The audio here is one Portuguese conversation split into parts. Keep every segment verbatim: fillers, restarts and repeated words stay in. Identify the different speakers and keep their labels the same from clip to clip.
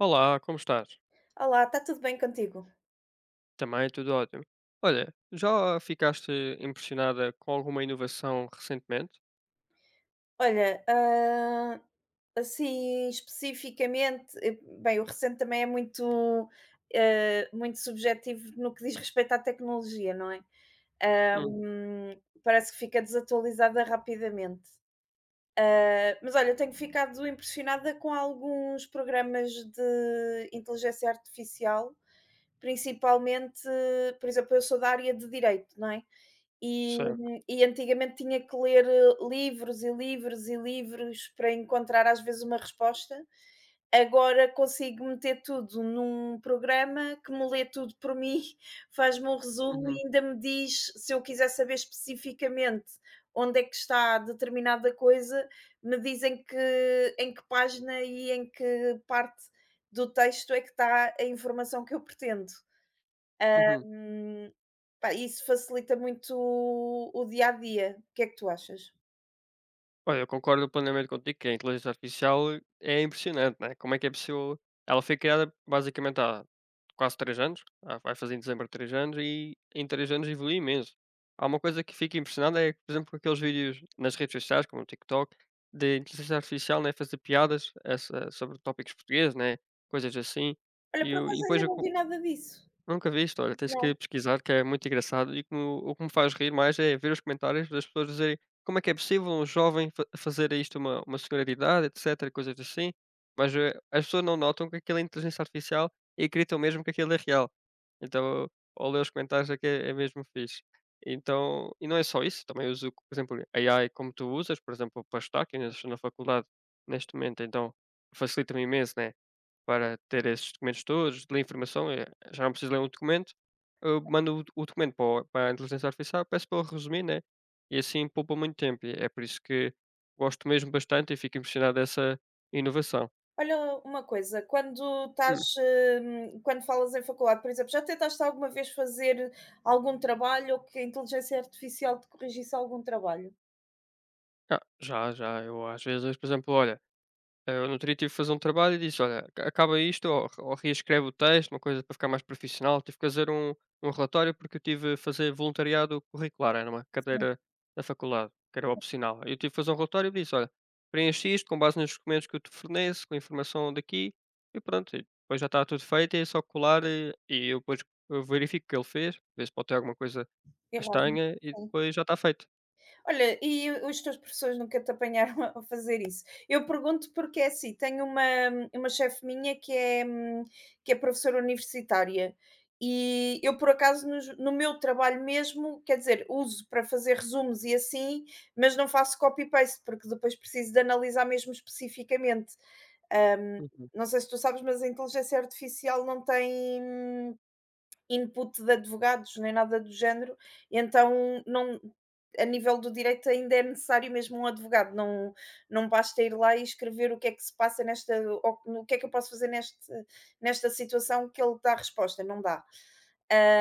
Speaker 1: Olá, como estás?
Speaker 2: Olá, está tudo bem contigo?
Speaker 1: Também tudo ótimo. Olha, já ficaste impressionada com alguma inovação recentemente?
Speaker 2: Olha, hã, assim especificamente, eh, bem, o recente também é muito, eh, muito subjetivo no que diz respeito à tecnologia, não é? Ah,
Speaker 1: Hum,
Speaker 2: Hum, parece que fica desatualizada rapidamente. Ah, mas olha, eu tenho ficado impressionada com alguns programas de inteligência artificial, principalmente, por exemplo, eu sou da área de direito, não é? E
Speaker 1: certo.
Speaker 2: e antigamente tinha que ler, eh, livros e livros e livros para encontrar às vezes uma resposta. Agora consigo meter tudo num programa que me lê tudo por mim, faz-me um resumo e
Speaker 1: Uhum,
Speaker 2: ainda me diz, se eu quiser saber especificamente onde é que está determinada coisa, me dizem que em que página e em que parte do texto é que está a informação que eu pretendo.
Speaker 1: uhum.
Speaker 2: Hum, Pá, isso facilita muito o o dia a dia. O que é que tu achas?
Speaker 1: Olha, eu concordo plenamente contigo que a inteligência artificial é impressionante, né? Como é que é possível? Ela foi criada basicamente há quase três anos, ah, vai fazer em dezembro três anos e em três anos evoluiu imenso. Há uma coisa que fico impressionado é, por exemplo, com aqueles vídeos nas redes sociais, como o TikTok, de inteligência artificial, né, fazer piadas essa sobre tópicos portugueses, né, coisas assim.
Speaker 2: Olha,
Speaker 1: E,
Speaker 2: por
Speaker 1: o e
Speaker 2: acaso
Speaker 1: depois
Speaker 2: ainda não vi nada disso.
Speaker 1: Nunca vi isto, olha, tens que
Speaker 2: Não.
Speaker 1: pesquisar que é muito engraçado e que o que me faz rir mais é ver os comentários das pessoas dizerem: "Como é que é possível um jovem fa fazer isto uma uma senhora de idade", etcétera, e coisas assim. Mas, eh, as pessoas não notam que aquilo é inteligência artificial e acreditam mesmo que aquilo é real. Então, ao ler os comentários é que é é mesmo fixe. Então e não é só isso, também uso, por exemplo, a AI como tu usas, por exemplo, para estudar, que ainda estou na faculdade neste momento, então facilita-me imenso, né, para ter esses documentos todos, ler informação, eh, já não preciso ler um documento, eu mando o o documento para o para a inteligência artificial, peço para ele resumir, né, e assim poupa muito tempo, e é por isso que gosto mesmo bastante e fico impressionado dessa inovação.
Speaker 2: Olha uma coisa, quando estás,
Speaker 1: Hum,
Speaker 2: hum, quando falas em faculdade, por exemplo, já tentaste alguma vez fazer algum trabalho ou que a inteligência artificial te corrigisse algum trabalho?
Speaker 1: ah, já, já, eu às vezes, por exemplo, olha, Eh, o Nutri tive que fazer um trabalho e disse: "Olha, aca acaba isto ou ou reescreve o texto", uma coisa para ficar mais profissional. Tive que fazer um um relatório, porque eu tive a fazer voluntariado curricular, era uma cadeira da faculdade, que era opcional. Eu tive que fazer um relatório e disse: "Olha, preenche isto com base nos documentos que eu te forneço, com a informação daqui", e pronto, e depois já está tudo feito, é só colar e e eu depois eu verifico o que ele fez, ver se pode ter alguma coisa
Speaker 2: Errado.
Speaker 1: estranha e depois já está feito.
Speaker 2: Olha, e os teus professores nunca te apanharam a fazer isso? Eu pergunto porque é assim, tenho uma uma chefe minha que é, hum, que é professora universitária e eu por acaso nos no meu trabalho mesmo, quer dizer, uso para fazer resumos e assim, mas não faço copy paste, porque depois preciso de analisar mesmo especificamente. Hum,
Speaker 1: Uhum.
Speaker 2: não sei se tu sabes, mas a inteligência artificial não tem input de advogados, nem nada do género, então não a nível do direito ainda é necessário mesmo um advogado, não não basta ir lá e escrever o que é que se passa nesta ou o que é que eu posso fazer neste nesta situação que ele dá resposta, não dá.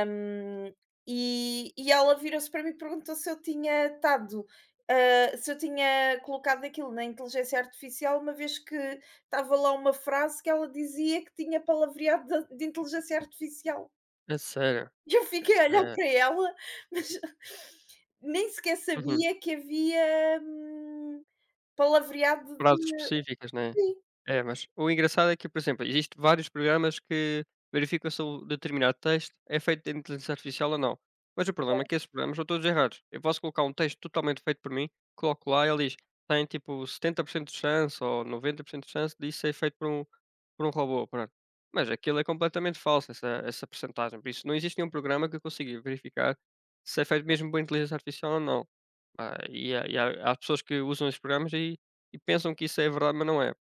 Speaker 2: Hum, e e ela virou-se para mim e perguntou se eu tinha estado, hã, se eu tinha colocado aquilo na inteligência artificial, uma vez que estava lá uma frase que ela dizia que tinha palavreado de de inteligência artificial.
Speaker 1: É sério,
Speaker 2: E eu fiquei a olhar
Speaker 1: é.
Speaker 2: para ela, mas nem sequer
Speaker 1: Uhum.
Speaker 2: sabia que havia, hum, palavreado de
Speaker 1: Frases específicas, né.
Speaker 2: sim,
Speaker 1: É, mas o engraçado é que, por exemplo, existem vários programas que verificam se o determinado texto é feito de inteligência artificial ou não. Mas o problema é que esses programas são todos errados. Eu posso colocar um texto totalmente feito por mim, coloco lá e ele diz: "Tem, tipo, setenta por cento de chance ou noventa por cento de chance disso ser feito por um por um robô", pronto. Mas aquilo é completamente falso, essa essa percentagem. Por isso, não existe nenhum programa que eu consiga verificar se é feito mesmo por inteligência artificial ou não. Ah, e há e há há pessoas que usam esses programas e e pensam que isso é verdade, mas não é.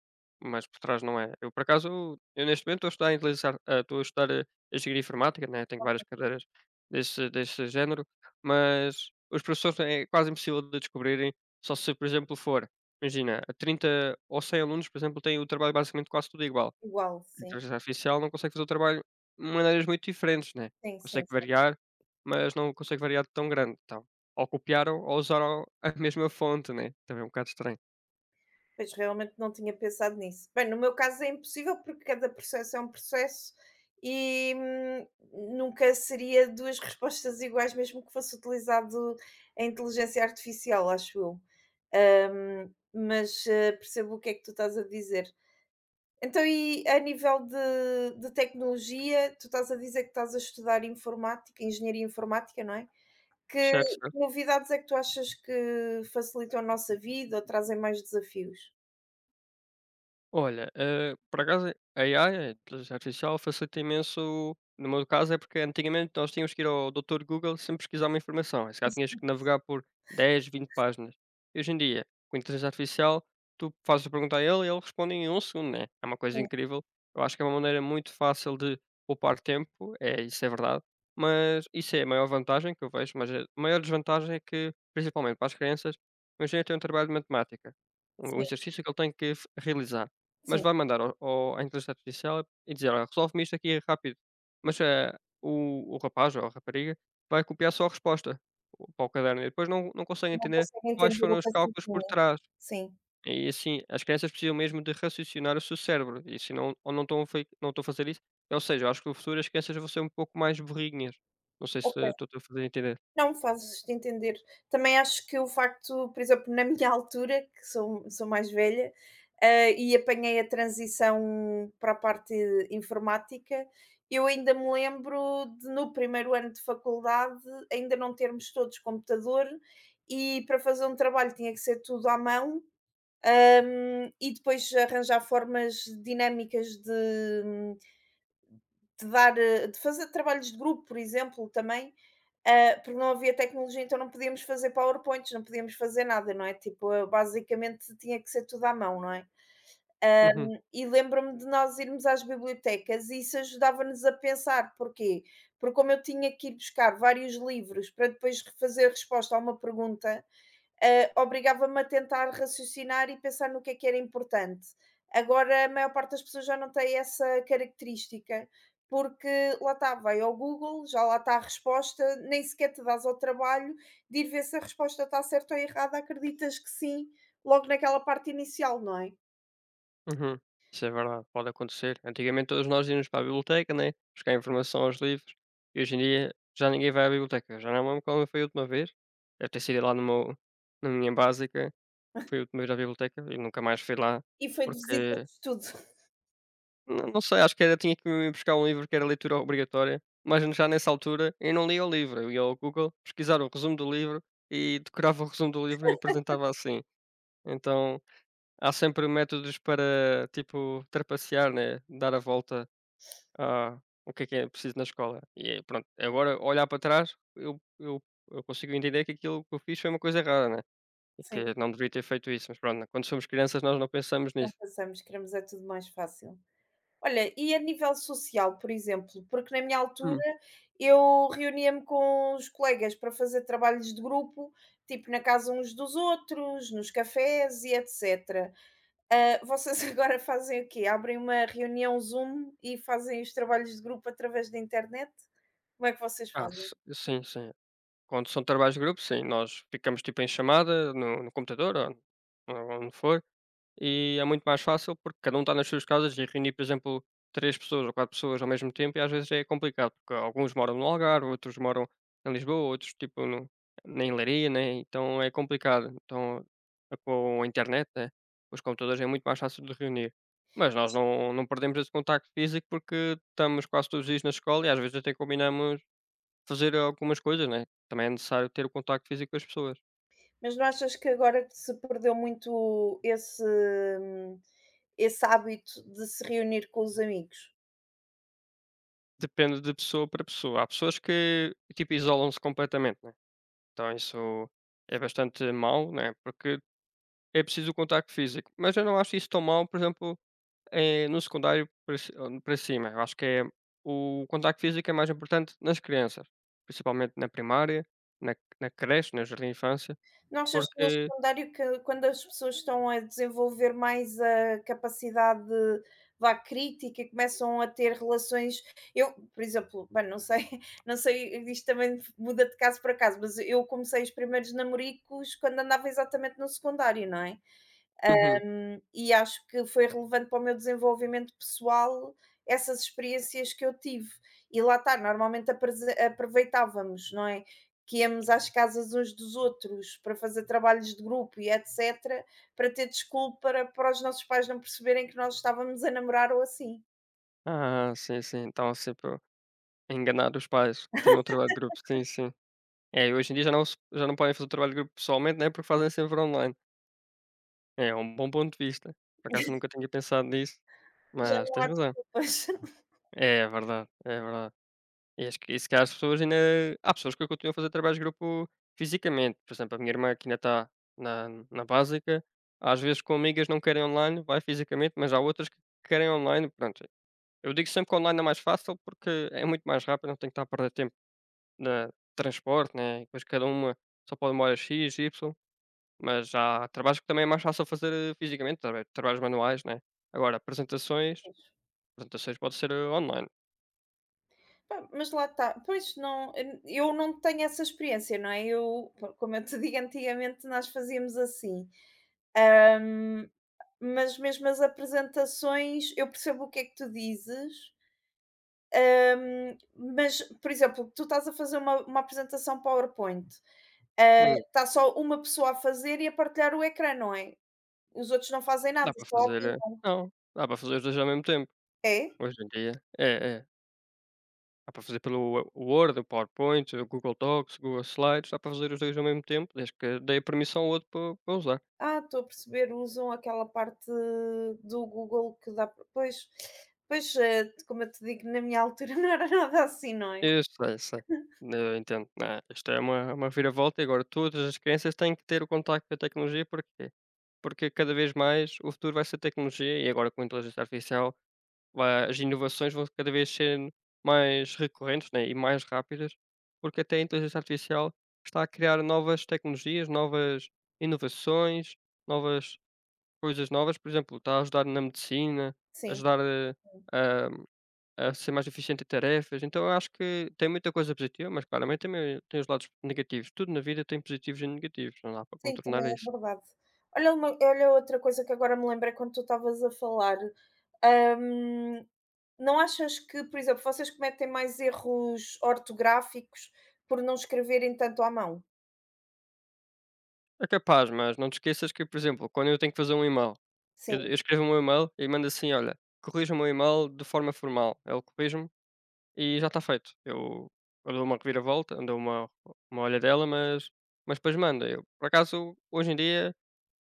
Speaker 1: Mas por trás não é. Eu, por acaso, eu neste momento estou a estudar a inteligência ar ah, estou a estudar a engenharia informática, né, tenho várias cadeiras desse desse género, mas os professores é quase impossível de descobrirem, só se, por exemplo, for imagina, a trinta ou cem alunos, por exemplo, têm o trabalho basicamente quase tudo igual.
Speaker 2: igual,
Speaker 1: A
Speaker 2: sim.
Speaker 1: inteligência artificial não consegue fazer o trabalho de maneiras muito diferentes, né.
Speaker 2: Sim, sim,
Speaker 1: Consegue
Speaker 2: sim.
Speaker 1: variar, mas não consegue variar de tão grande, então. Ou copiar ou ou usar o a mesma fonte, né, também é um bocado estranho.
Speaker 2: Pois, realmente não tinha pensado nisso. Bem, no meu caso é impossível, porque cada processo é um processo e, hum, nunca seria duas respostas iguais, mesmo que fosse utilizado a inteligência artificial, acho eu. Hum, mas, ah, percebo o que é que tu estás a dizer. Então e a nível de de tecnologia, tu estás a dizer que estás a estudar informática engenharia informática, não é? Que
Speaker 1: Certo,
Speaker 2: que
Speaker 1: certo.
Speaker 2: novidades é que tu achas que facilitam a nossa vida ou trazem mais desafios?
Speaker 1: Olha, eh, por acaso a AI, a a inteligência artificial, facilita imenso no meu caso é porque antigamente nós tínhamos que ir ao doutor Google sempre pesquisar uma informação, e se calhar tinhas que navegar por dez, vinte páginas. E hoje em dia, com a inteligência artificial, tu fazes a pergunta a ele e ele responde em um segundo, né? É uma coisa
Speaker 2: Sim,
Speaker 1: incrível. Eu acho que é uma maneira muito fácil de poupar tempo, é, isso é verdade, mas isso é a maior vantagem que eu vejo, mas a maior desvantagem é que, principalmente para as crianças, imagina ter um trabalho de matemática, um
Speaker 2: sim,
Speaker 1: exercício que ele tem que f- realizar. Mas
Speaker 2: sim.
Speaker 1: vai mandar ao ao à inteligência artificial e dizer: "Olha, resolve-me isto aqui rápido". Mas, eh, o o rapaz ou a rapariga vai copiar só a resposta o para o caderno e depois não não consegue
Speaker 2: Não
Speaker 1: entender
Speaker 2: conseguem
Speaker 1: quais
Speaker 2: entender o
Speaker 1: foram os cálculos por
Speaker 2: raciocínio.
Speaker 1: trás.
Speaker 2: Sim,
Speaker 1: E assim, as crianças precisam mesmo de raciocinar o seu cérebro e se não ou não estão a fei não estão a fazer isso, ou seja, eu acho que no futuro as crianças vão ser um pouco mais burrinhas. Não sei se estou
Speaker 2: ok.
Speaker 1: a fazer entender.
Speaker 2: Não, fazes-te entender. Também acho que o facto, por exemplo, na minha altura, que sou sou mais velha, hã, e apanhei a transição para a parte informática, eu ainda me lembro de no primeiro ano de faculdade ainda não termos todos computador e para fazer um trabalho tinha que ser tudo à mão, hã, e depois arranjar formas dinâmicas de de dar eh, de fazer trabalhos de grupo, por exemplo, também, ah, porque não havia tecnologia, então não podíamos fazer PowerPoints, não podíamos fazer nada, não é? Tipo, eu basicamente tinha que ser tudo à mão, não é?
Speaker 1: Uhum.
Speaker 2: E lembro-me de nós irmos às bibliotecas e isso ajudava-nos a pensar, porquê? Porque como eu tinha que ir buscar vários livros para depois fazer resposta a uma pergunta, ah, obrigava-me a tentar raciocinar e pensar no que é que era importante. Agora, a maior parte das pessoas já não tem essa característica, porque lá está, vai ao Google, já lá está a resposta, nem sequer te dás ao trabalho de ir ver se a resposta está certa ou errada, acreditas que sim, logo naquela parte inicial, não é?
Speaker 1: Uhum. Isso é verdade, pode acontecer. Antigamente todos nós íamos para a biblioteca, né, buscar informação aos livros e hoje em dia já ninguém vai à biblioteca. Já não me lembro quando foi a última vez, deve ter sido lá no meu na minha básica, foi a última vez à biblioteca e nunca mais fui lá,
Speaker 2: E foi de visita
Speaker 1: porque
Speaker 2: de estudo.
Speaker 1: não não sei, acho que era tinha que ir buscar um livro que era leitura obrigatória, mas já nessa altura eu não lia o livro, eu ia ao Google pesquisar o resumo do livro e decorava o resumo do livro e apresentava assim. Então, há sempre métodos para, tipo, trapacear, né, dar a volta a o que é que é preciso na escola. E é pronto, agora olhar para trás, eu eu eu consigo entender que aquilo que eu fiz foi uma coisa errada, né, e
Speaker 2: Sim,
Speaker 1: que não deveria ter feito isso, mas pronto, né, quando somos crianças nós não pensamos
Speaker 2: não
Speaker 1: nisso.
Speaker 2: passamos, queremos é tudo mais fácil. Olha, e a nível social, por exemplo, porque na minha altura
Speaker 1: Hum.
Speaker 2: eu reunia-me com os colegas para fazer trabalhos de grupo, tipo na casa uns dos outros, nos cafés e etcétera. Ah, vocês agora fazem o quê? Abrem uma reunião Zoom e fazem os trabalhos de grupo através da internet? Como é que vocês
Speaker 1: Ah,
Speaker 2: fazem?
Speaker 1: s sim, sim. Quando são trabalhos de grupo, sim, nós ficamos, tipo, em chamada no no computador ou ou onde for. E é muito mais fácil porque cada um está nas suas casas e reunir, por exemplo, três pessoas ou quatro pessoas ao mesmo tempo e às vezes é complicado, porque alguns moram no Algarve, outros moram em Lisboa, outros tipo no na Leiria, né, então é complicado. Então, a- com a internet, né, os computadores é muito mais fácil de reunir. Mas nós não não perdemos esse contacto físico porque estamos quase todos os dias na escola e às vezes até combinamos fazer algumas coisas, né, também é necessário ter o contacto físico com as pessoas.
Speaker 2: Mas não achas que agora que se perdeu muito esse, hum, esse hábito de se reunir com os amigos?
Speaker 1: Depende de pessoa para pessoa. Há pessoas que, tipo, isolam-se completamente. Então isso é bastante mau, né, porque é preciso o contacto físico. Mas eu não acho isso tão mau, por exemplo, eh, no secundário para ci hã, para cima. Eu acho que é o contacto físico é mais importante nas crianças, principalmente na primária, na na creche, no jardim de infância,
Speaker 2: Não achas que no
Speaker 1: porque
Speaker 2: secundário que quando as pessoas estão a desenvolver mais a capacidade, de, vá, crítica e começam a ter relações eu, por exemplo, bem, não sei não sei, isto também muda de caso para caso, mas eu comecei os primeiros namoricos quando andava exatamente no secundário, não é?
Speaker 1: uhum.
Speaker 2: Hum, e acho que foi relevante para o meu desenvolvimento pessoal essas experiências que eu tive. E lá está, normalmente aprese aproveitávamos, não é? Que íamos às casas uns dos outros para fazer trabalhos de grupo e etcétera, para ter desculpa para para os nossos pais não perceberem que nós estávamos a namorar ou assim.
Speaker 1: Ah, sim, sim, então sempre a enganar os pais. Tinham o trabalho de grupo, sim, sim. É, e hoje em dia já não se já não podem fazer o trabalho de grupo pessoalmente, né, porque fazem sempre online. É um bom ponto de vista. Por acaso eu nunca tinha pensado nisso,
Speaker 2: Já
Speaker 1: mas
Speaker 2: não
Speaker 1: tens
Speaker 2: há
Speaker 1: razão.
Speaker 2: desculpas.
Speaker 1: É verdade, é verdade. E acho que e se calhar as pessoas ainda há pessoas que continuam a fazer trabalhos de grupo fisicamente. Por exemplo, a minha irmã que ainda está na na básica, às vezes com amigas não querem online, vai fisicamente, mas há outras que querem online, pronto. Eu digo sempre que online é mais fácil porque é muito mais rápido, não tem que estar a perder tempo na transporte, né, depois cada uma só pode uma hora X, Y, mas há trabalhos que também é mais fácil fazer, eh, fisicamente, traba trabalhos manuais, né. Agora apresentações apresentações pode ser, eh, online.
Speaker 2: Pá, mas lá está. Pois não, eu não tenho essa experiência, não é? Eu, como eu te digo, antigamente nós fazíamos assim. Mas mesmo as apresentações, eu percebo o que é que tu dizes, hum, mas, por exemplo, tu estás a fazer uma uma apresentação PowerPoint, eh,
Speaker 1: Hum.
Speaker 2: está só uma pessoa a fazer e a partilhar o ecrã, não é? Os outros não fazem nada,
Speaker 1: Dá para
Speaker 2: só
Speaker 1: fazer, eh
Speaker 2: opinam.
Speaker 1: não, dá para fazer os dois ao mesmo tempo,
Speaker 2: É?
Speaker 1: hoje em dia. É, é. Dá para fazer pelo o Word, o PowerPoint, o Google Docs, Google Slides, dá para fazer os dois ao mesmo tempo, desde que dei permissão ao outro para para usar.
Speaker 2: Ah, estou a perceber, usam aquela parte do Google que dá para pois, pois, eh, como eu te digo, na minha altura não era nada assim, não é?
Speaker 1: Eu sei, sei. Eu entendo. Ah, isto é uma uma reviravolta e agora todas as crianças têm que ter o contacto com a tecnologia, porquê? Porque cada vez mais o futuro vai ser tecnologia e agora com a inteligência artificial va- as inovações vão cada vez ser mais recorrentes né, e mais rápidas, porque até a inteligência artificial está a criar novas tecnologias, novas inovações, novas coisas novas. Por exemplo, está a ajudar na medicina,
Speaker 2: Sim.
Speaker 1: ajudar eh, a, a ser mais eficiente em tarefas. Então, eu acho que tem muita coisa positiva, mas claramente também tem os lados negativos. Tudo na vida tem positivos e negativos, não dá para
Speaker 2: Sim, também
Speaker 1: contornar
Speaker 2: é
Speaker 1: isso.
Speaker 2: verdade. Olha uma olha outra coisa que agora me lembrei quando tu estavas a falar, hum, não achas que, por exemplo, vocês cometem mais erros ortográficos por não escreverem tanto à mão?
Speaker 1: É capaz, mas não te esqueças que, por exemplo, quando eu tenho que fazer um e-mail,
Speaker 2: Sim,
Speaker 1: eu eu escrevo o meu e-mail e mando assim: "Olha, corrija o meu e-mail de forma formal". Ele corrige-me e já está feito. Eu eu dou uma reviravolta, dou uma uma olha dela, mas mas depois manda. Eu, por acaso, hoje em dia,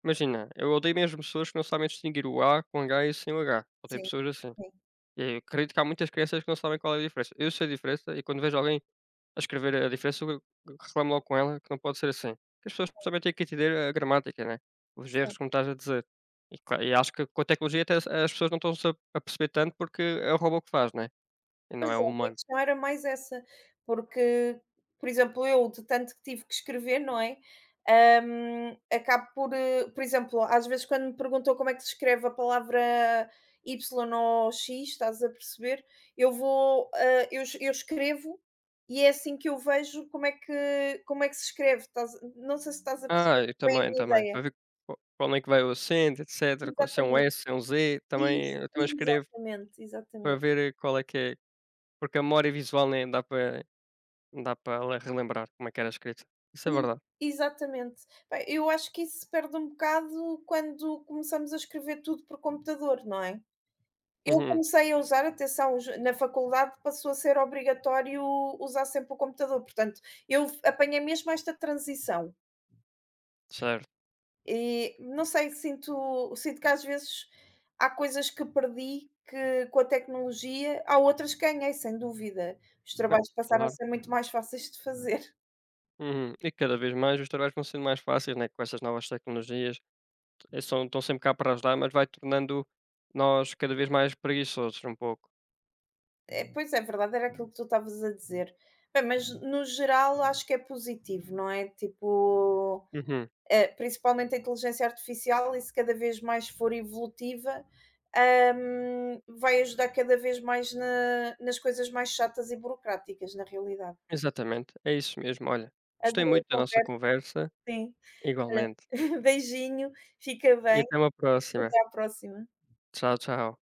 Speaker 1: imagina, eu odeio mesmo pessoas que não sabem distinguir o A com H e sem o H. Odeio
Speaker 2: sim,
Speaker 1: pessoas assim.
Speaker 2: sim,
Speaker 1: E eu acredito que há muitas crianças que não sabem qual é a diferença. Eu sei a diferença e quando vejo alguém a escrever a diferença, eu reclamo logo com ela que não pode ser assim. Que as pessoas também têm que entender a gramática, né? Os
Speaker 2: sim.
Speaker 1: erros, como estás a dizer. E, cla- e acho que com a tecnologia até as as pessoas não estão-se a a perceber tanto porque é o robô que faz, né? E não
Speaker 2: Pois
Speaker 1: é
Speaker 2: é,
Speaker 1: o
Speaker 2: a minha
Speaker 1: humano.
Speaker 2: questão era mais essa, porque, por exemplo, eu de tanto que tive que escrever, não é? Hum, acabo por, eh, por exemplo, às vezes quando me perguntam como é que se escreve a palavra Y ou X, estás a perceber? Eu vou, eh, eu, es- eu escrevo e é assim que eu vejo como é que, como é que se escreve. Estás- não sei se estás a
Speaker 1: Ah,
Speaker 2: perceber
Speaker 1: eu
Speaker 2: bem a
Speaker 1: também,
Speaker 2: minha
Speaker 1: também.
Speaker 2: ideia.
Speaker 1: Para ver qual- para onde é que vai o acento, etcétera qual- Se é um
Speaker 2: Exatamente,
Speaker 1: S, se é um Z, também,
Speaker 2: isso,
Speaker 1: eu também escrevo
Speaker 2: exatamente,
Speaker 1: para
Speaker 2: exatamente.
Speaker 1: ver eh, qual é que é. Porque a memória visual nem dá para, não dá para relembrar como é que era escrito. Isso é
Speaker 2: E
Speaker 1: verdade.
Speaker 2: exatamente. Bem, eu acho que isso se perde um bocado quando começamos a escrever tudo por computador, não é? Eu
Speaker 1: Uhum,
Speaker 2: comecei a usar, atenção, os na faculdade passou a ser obrigatório usar sempre o computador, portanto, eu apanhei mesmo esta transição.
Speaker 1: certo.
Speaker 2: E não sei, sinto sinto que às vezes há coisas que perdi que com a tecnologia, há outras que ganhei, sem dúvida. Os
Speaker 1: Não,
Speaker 2: trabalhos passaram a
Speaker 1: claro.
Speaker 2: ser muito mais fáceis de fazer.
Speaker 1: Uhum. E cada vez mais os trabalhos vão sendo mais fáceis, né, com essas novas tecnologias, eh, são estão sempre cá para ajudar, mas vai tornando nós cada vez mais preguiçosos um pouco.
Speaker 2: É, pois é verdade, era aquilo que tu estavas a dizer. Bem, mas no geral acho que é positivo, não é? Tipo
Speaker 1: Uhum.
Speaker 2: eh, principalmente a inteligência artificial, e se cada vez mais for evolutiva, hum, vai ajudar cada vez mais na- nas coisas mais chatas e burocráticas, na realidade.
Speaker 1: Exatamente, é isso mesmo. Olha, gostei
Speaker 2: Adorei a
Speaker 1: muito da nossa
Speaker 2: conversa,
Speaker 1: conversa,
Speaker 2: sim. Olha,
Speaker 1: igualmente.
Speaker 2: beijinho, fica
Speaker 1: E
Speaker 2: bem,
Speaker 1: até uma próxima.
Speaker 2: até à próxima.
Speaker 1: Tchau, tchau.